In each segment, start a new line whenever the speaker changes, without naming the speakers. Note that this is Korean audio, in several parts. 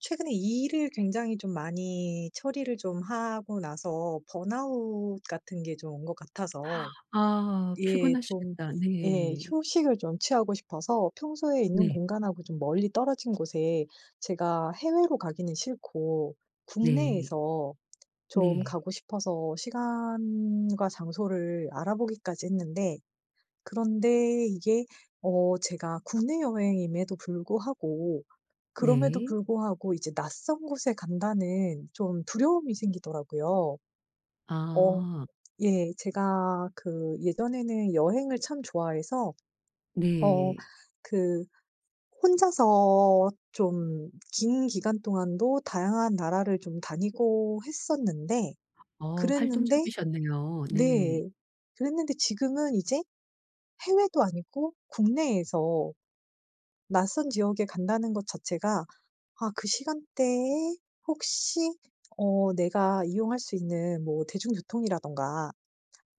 최근에 이 일을 굉장히 좀 많이 처리를 좀 하고 나서 번아웃 같은 게 좀 온 것 같아서
아
예, 좀.
피곤하시겠다.
예,
네.
휴식을 좀 취하고 싶어서 평소에 있는
네.
공간하고 좀 멀리 떨어진 곳에 제가 해외로 가기는 싫고
네.
국내에서 좀
네.
가고 싶어서 시간과 장소를 알아보기까지 했는데 그런데 이게 제가 국내 여행임에도 불구하고 그럼에도
네.
불구하고 이제 낯선 곳에 간다는 좀 두려움이 생기더라고요. 어
아
예. 제가 그 예전에는 여행을 참 좋아해서 어
네.
그 혼자서 좀 긴 기간 동안도 다양한 나라를 좀 다니고 했었는데
어
그랬는데
활동적이셨네요. 네.
네. 그랬는데 지금은 이제 해외도 아니고 국내에서 낯선 지역에 간다는 것 자체가 아, 그 시간대에 혹시 내가 이용할 수 있는 뭐 대중교통이라든가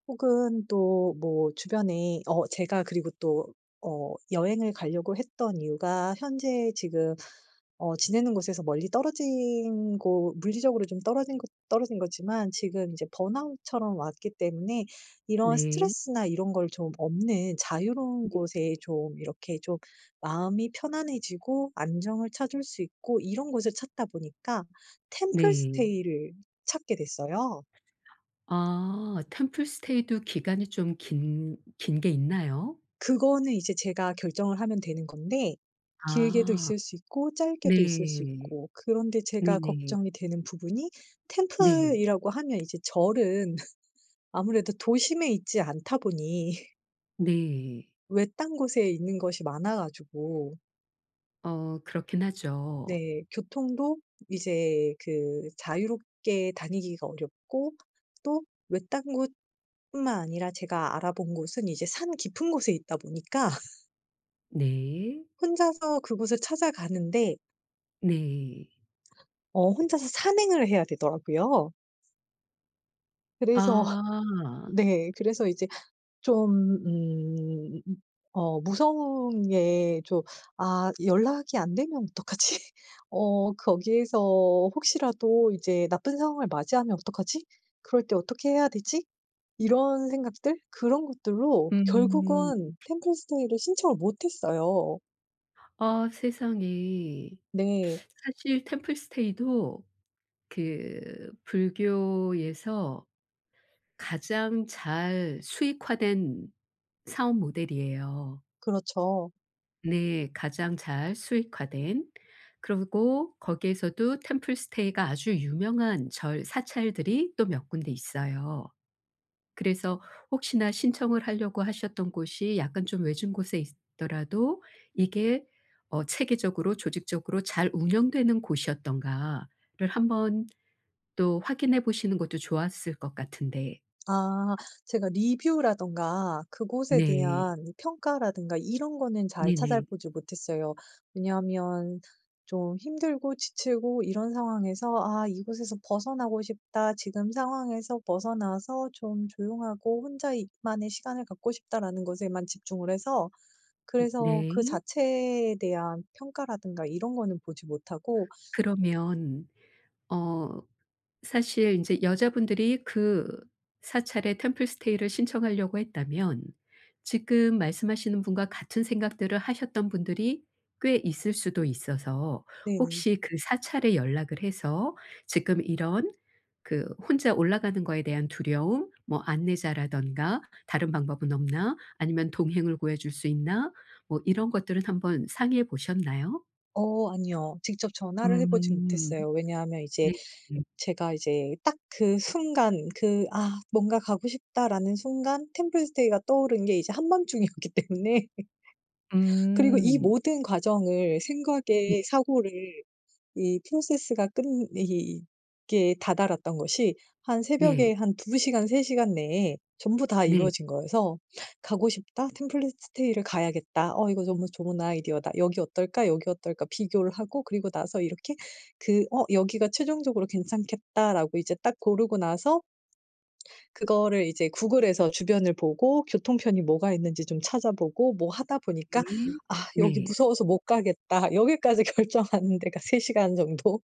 혹은 또 뭐 주변에 제가 그리고 또 여행을 가려고 했던 이유가 현재 지금 지내는 곳에서 멀리 떨어진 곳, 물리적으로 좀 떨어진 것 떨어진 거지만 지금 이제 번아웃처럼 왔기 때문에 이런
네.
스트레스나 이런 걸 좀 없는 자유로운 곳에 좀 이렇게 좀 마음이 편안해지고 안정을 찾을 수 있고 이런 곳을 찾다 보니까 템플
네.
스테이를 찾게 됐어요.
아 템플 스테이도 기간이 좀 긴 게 있나요?
그거는 이제 제가 결정을 하면 되는 건데 길게도
아
있을 수 있고 짧게도 있을 수
네.
있고 그런데 제가
네네.
걱정이 되는 부분이
네.
템플이라고 하면 이제 절은 아무래도 도심에 있지 않다 보니
네.
외딴 곳에 있는 것이 많아 가지고
어 그렇긴 하죠.
네, 교통도 이제 그 자유롭게 다니기가 어렵고 또 외딴 곳뿐만 아니라 제가 알아본 곳은 이제 산 깊은 곳에 있다 보니까
네.
혼자서 그곳을 찾아가는데
네.
혼자서 산행을 해야 되더라고요. 그래서
아.
네, 그래서 이제 좀 음 무서운 게 좀 '아 연락이 안 되면 어떡하지? 어 거기에서 혹시라도 이제 나쁜 상황을 맞이하면 어떡하지? 그럴 때 어떻게 해야 되지?' 이런 생각들 그런 것들로
음.
결국은 템플스테이를 신청을 못 했어요.
아 세상에.
네.
사실 템플스테이도 그 불교에서 가장 잘 수익화된 사업 모델이에요.
그렇죠.
네. 가장 잘 수익화된. 그리고 거기에서도 템플스테이가 아주 유명한 절 사찰들이 또 몇 군데 있어요. 그래서 혹시나 신청을 하려고 하셨던 곳이 약간 좀 외진 곳에 있더라도 이게 어 체계적으로 조직적으로 잘 운영되는 곳이었던가를 한번 또 확인해 보시는 것도 좋았을 것 같은데.
아, 제가 리뷰라든가 그곳에
네.
대한 이 평가라든가 이런 거는 잘
네네.
찾아보지 못했어요. 왜냐하면 좀 힘들고 지치고 이런 상황에서 '아 이곳에서 벗어나고 싶다. 지금 상황에서 벗어나서 좀 조용하고 혼자 이 만의 시간을 갖고 싶다.'라는 것에만 집중을 해서 그래서 그
네.
자체에 대한 평가라든가 이런 거는 보지 못하고
그러면 어 사실 인제 여자분들이 그 사찰에 템플 스테이를 신청하려고 했다면 지금 말씀하시는 분과 같은 생각들을 하셨던 분들이 꽤 있을 수도 있어서
네네.
혹시 그 사찰에 연락을 해서 "지금 이런 그 혼자 올라가는 거에 대한 두려움, 뭐 안내자라든가 '다른 방법은 없나?' 아니면 '동행을 구해 줄 수 있나?' 뭐 이런 것들은 한번 상의해 보셨나요?"
아니요, 직접 전화를 해 보지
음.
못했어요. 왜냐하면 이제
네. 네.
제가 이제 딱 그 순간 그 '아 뭔가 가고 싶다.'라는 순간 템플스테이가 떠오른 게 이제 한밤중이었기 때문에 그리고 이
음.
모든 과정을
네.
생각에 사고를 이 프로세스가 끝 이 이게 다다랐던 것이 한
네.
새벽에 한 2 시간, 3 시간 내에 전부 다
네.
이루어진 거여서 '가고 싶다. 템플스테이를 가야겠다. 어 이거 너무 좋은 아이디어다. 여기 어떨까? 여기 어떨까?' 비교를 하고 그리고 나서 이렇게 그 '어 여기가 최종적으로 괜찮겠다.'라고 이제 딱 고르고 나서 그거를 이제 구글에서 주변을 보고 교통편이 뭐가 있는지 좀 찾아보고 뭐 하다 보니까
네.
'아 여기
네.
무서워서 못 가겠다.' 여기까지 결정하는 데가 3 시간 정도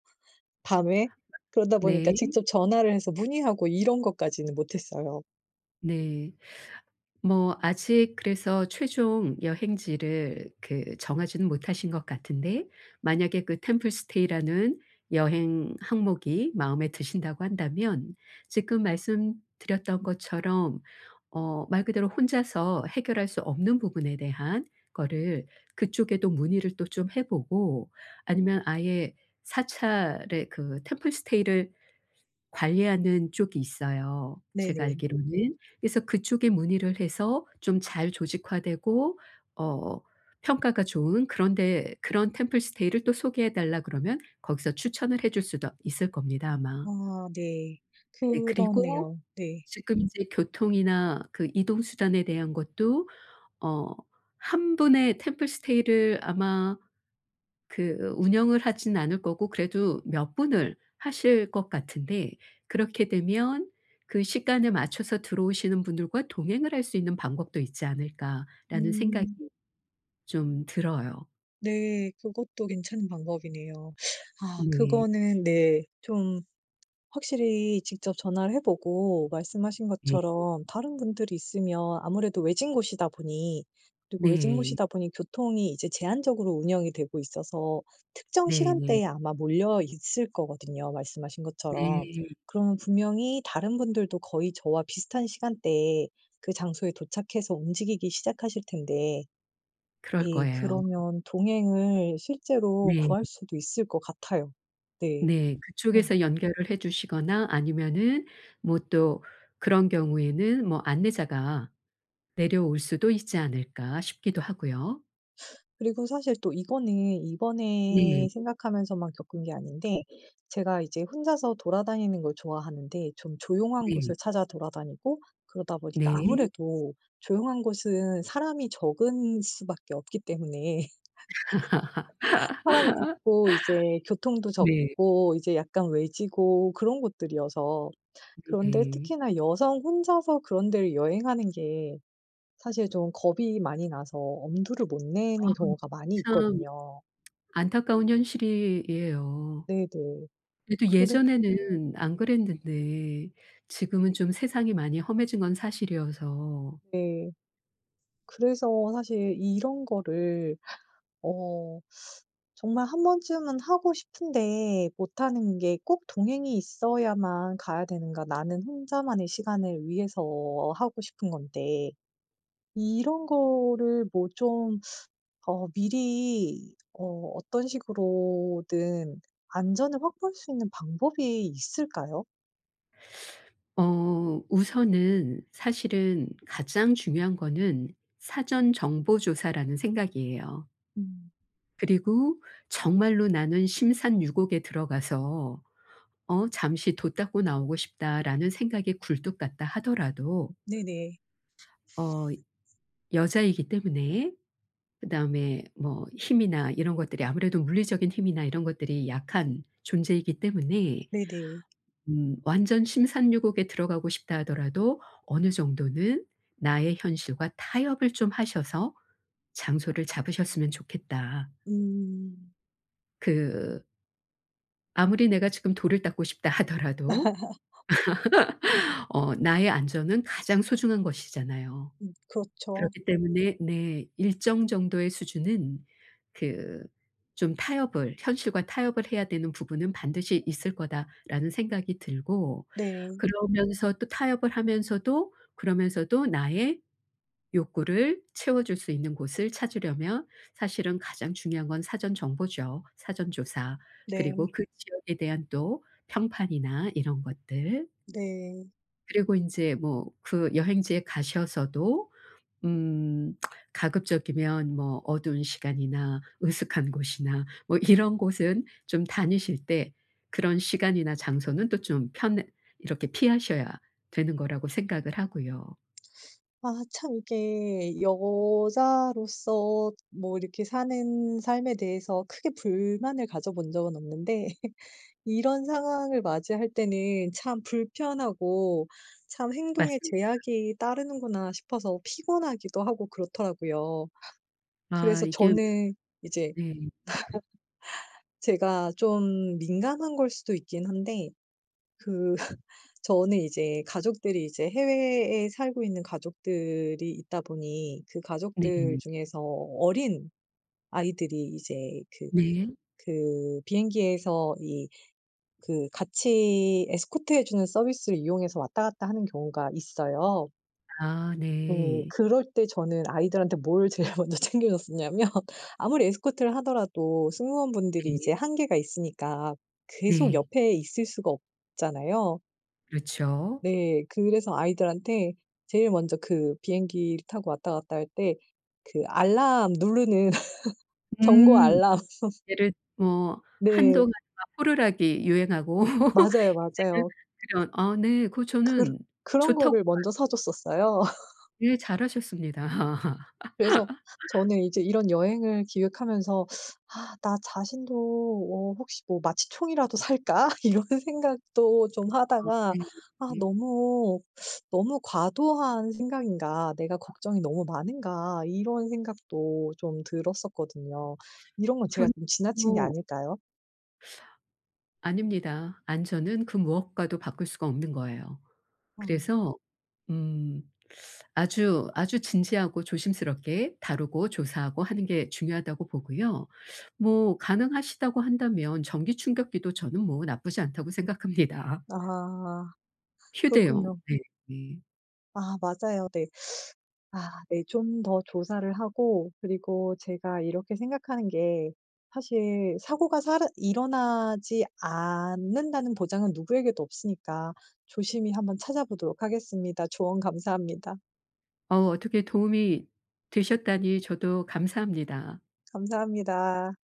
밤에 그러다 보니까
네.
직접 전화를 해서 문의하고 이런 것까지는 못 했어요.
네. 뭐 아직 그래서 최종 여행지를 그 정하지는 못하신 것 같은데 만약에 그 템플스테이라는 여행 항목이 마음에 드신다고 한다면 지금 말씀드렸던 것처럼 어 말 그대로 혼자서 해결할 수 없는 부분에 대한 거를 그쪽에도 문의를 또 좀 해 보고 아니면 아예 사찰에 그 템플스테이를 관리하는 쪽이 있어요, 제가
네네.
알기로는. 그래서 그쪽에 문의를 해서 좀 잘 조직화되고 어 평가가 좋은 그런 데 그런 템플 스테이를 또 소개해 달라 그러면 거기서 추천을 해줄 수도 있을 겁니다, 아마.
아 네.
네. 그리고
그러네요. 네.
지금 인제 교통이나 그 이동 수단에 대한 것도 어 한 분의 템플 스테이를 아마 그 운영을 하진 않을 거고 그래도 몇 분을 하실 것 같은데 그렇게 되면 그 시간에 맞춰서 들어오시는 분들과 동행을 할 수 있는 방법도 있지 않을까라는 생각이
음
좀 들어요.
네. 그것도 괜찮은 방법이네요. 아,
네.
그거는 네좀 확실히 직접 전화를 해 보고 말씀하신
네.
것처럼 다른 분들이 있으면 아무래도 외진 곳이다 보니 그리고 외진
네.
곳이다 보니 교통이 이제 제한적으로 운영이 되고 있어서 특정
네네.
시간대에 아마 몰려 있을 거거든요, 말씀하신
네.
것처럼. 그러면 분명히 다른 분들도 거의 저와 비슷한 시간대에 그 장소에 도착해서 움직이기 시작하실 텐데
그럴
예,
거예요.
그러면 동행을 실제로
네.
구할 수도 있을 것 같아요. 네.
네.
어.
그쪽에서 연결을 해 주시거나 아니면은 뭐 또 그런 경우에는 뭐 안내자가 내려올 수도 있지 않을까 싶기도 하고요.
그리고 사실 또 이거는 이번에
네.
생각하면서만 겪은 게 아닌데 제가 이제 혼자서 돌아다니는 걸 좋아하는데 좀 조용한 곳을
네.
찾아 돌아다니고 그러다 보니까
네.
아무래도 조용한 곳은 사람이 적은 수밖에 없기 때문에 사람이 적고 이제 교통도
네.
적고 이제 약간 외지고 그런 곳들이어서 그런데
네.
특히나 여성 혼자서 그런 데를 여행하는 게 사실 좀 겁이 많이 나서 엄두를 못
아
내는 경우가 많이
참
있거든요.
안타까운 현실이에요.
네네.
그래도
그래
예전에는 안 그랬는데 지금은 좀 세상이 많이 험해진 건 사실이어서
네. 그래서 사실 이런 거를 어 정말 한 번쯤은 하고 싶은데 못하는 게 '꼭 동행이 있어야만 가야 되는가? 나는 혼자만의 시간을 위해서 하고 싶은 건데.' 이런 거를 뭐 좀 미리 어떤 식으로든 안전을 확보할 수 있는 방법이 있을까요?
어 우선은 사실은 가장 중요한 거는 사전 정보 조사라는 생각이에요.
음.
그리고 정말로 '나는 심산유곡에 들어가서 어 잠시 돛닦고 나오고 싶다.'라는 생각에 굴뚝 같다 하더라도
네네.
어 여자이기 때문에 그다음에 뭐 힘이나 이런 것들이 아무래도 물리적인 힘이나 이런 것들이 약한 존재이기 때문에
네네.
완전 심산유곡에 들어가고 싶다 하더라도 어느 정도는 나의 현실과 타협을 좀 하셔서 장소를 잡으셨으면 좋겠다.
음.
그 아무리 내가 지금 돌을 닦고 싶다 하더라도 어 나의 안전은 가장 소중한 것이잖아요.
그렇죠.
그렇기 때문에 네 일정 정도의 수준은 그 좀 타협을 '현실과 타협을 해야 되는 부분은 반드시 있을 거다.'라는 생각이 들고
네.
그러면서 또 타협을 하면서도 그러면서도 나의 욕구를 채워줄 수 있는 곳을 찾으려면 사실은 가장 중요한 건 사전 정보죠. 사전 조사. 그리고
네.
그 지역에 대한 또 평판이나 이런 것들.
네.
그리고 인제 뭐 그 여행지에 가셔서도 음 가급적이면 뭐 어두운 시간이나 으슥한 곳이나 뭐 이런 곳은 좀 다니실 때 그런 시간이나 장소는 또 좀 편 이렇게 피하셔야 되는 거라고 생각을 하고요.
아 참 이게 여자로서 뭐 이렇게 사는 삶에 대해서 크게 불만을 가져본 적은 없는데 이런 상황을 맞이할 때는 참 불편하고 '참 행동에
맞습 니다.
제약이 따르는구나.' 싶어서 피곤하기도 하고 그렇더라고요.
아
그래서
이게
저는 이제
네.
제가 좀 민감한 걸 수도 있긴 한데 그 저는 이제 가족들이 이제 해외에 살고 있는 가족들이 있다 보니 그
네.
가족들 중에서 어린 아이들이 이제 그
네.
그 비행기에서 이 그 같이 에스코트해 주는 서비스를 이용해서 왔다 갔다 하는 경우가 있어요.
아 네.
그럴 때 저는 아이들한테 뭘 제일 먼저 챙겨 줬었냐면 아무리 에스코트를 하더라도 승무원분들이
네.
이제 한계가 있으니까 계속
네.
옆에 있을 수가 없잖아요.
그렇죠.
네. 그래서 아이들한테 제일 먼저 그 비행기를 타고 왔다 갔다 할 때 그 알람 누르는 경고
음.
알람.
예를 뭐
네.
한동안 막 호루라기 유행하고
맞아요,
이제는
맞아요.
그런 아 네. 그거
그런
저는
그런
좋다고
거를 먼저 사 줬었어요.
네. 잘하셨습니다.
그래서 저는 이제 이런 여행을 기획하면서 '아 나 자신도 혹시 뭐 마취총이라도 살까?' 이런 생각도 좀 하다가
네.
'아
네.
너무 너무 과도한 생각인가? 내가 걱정이 너무 많은가?' 이런 생각도 좀 들었었거든요. 이런 건 제가
저는
좀 지나친 게
뭐
아닐까요?
아닙니다. 안전은 그 무엇과도 바꿀 수가 없는 거예요.
음.
그래서 음 아주, 아주 진지하고 조심스럽게 다루고 조사하고 하는 게 중요하다고 보고요. 뭐 가능하시다고 한다면 전기 충격기도 저는 뭐 나쁘지 않다고 생각합니다.
아
휴대용.
그렇군요.
네. 네.
아 맞아요. 네. 아 네. 좀 더 조사를 하고 그리고 제가 이렇게 생각하는 게 사실 사고가 살아 일어나지 않는다는 보장은 누구에게도 없으니까 조심히 한번 찾아보도록 하겠습니다. 조언 감사합니다.
어 어떻게 도움이 되셨다니 저도 감사합니다.
감사합니다.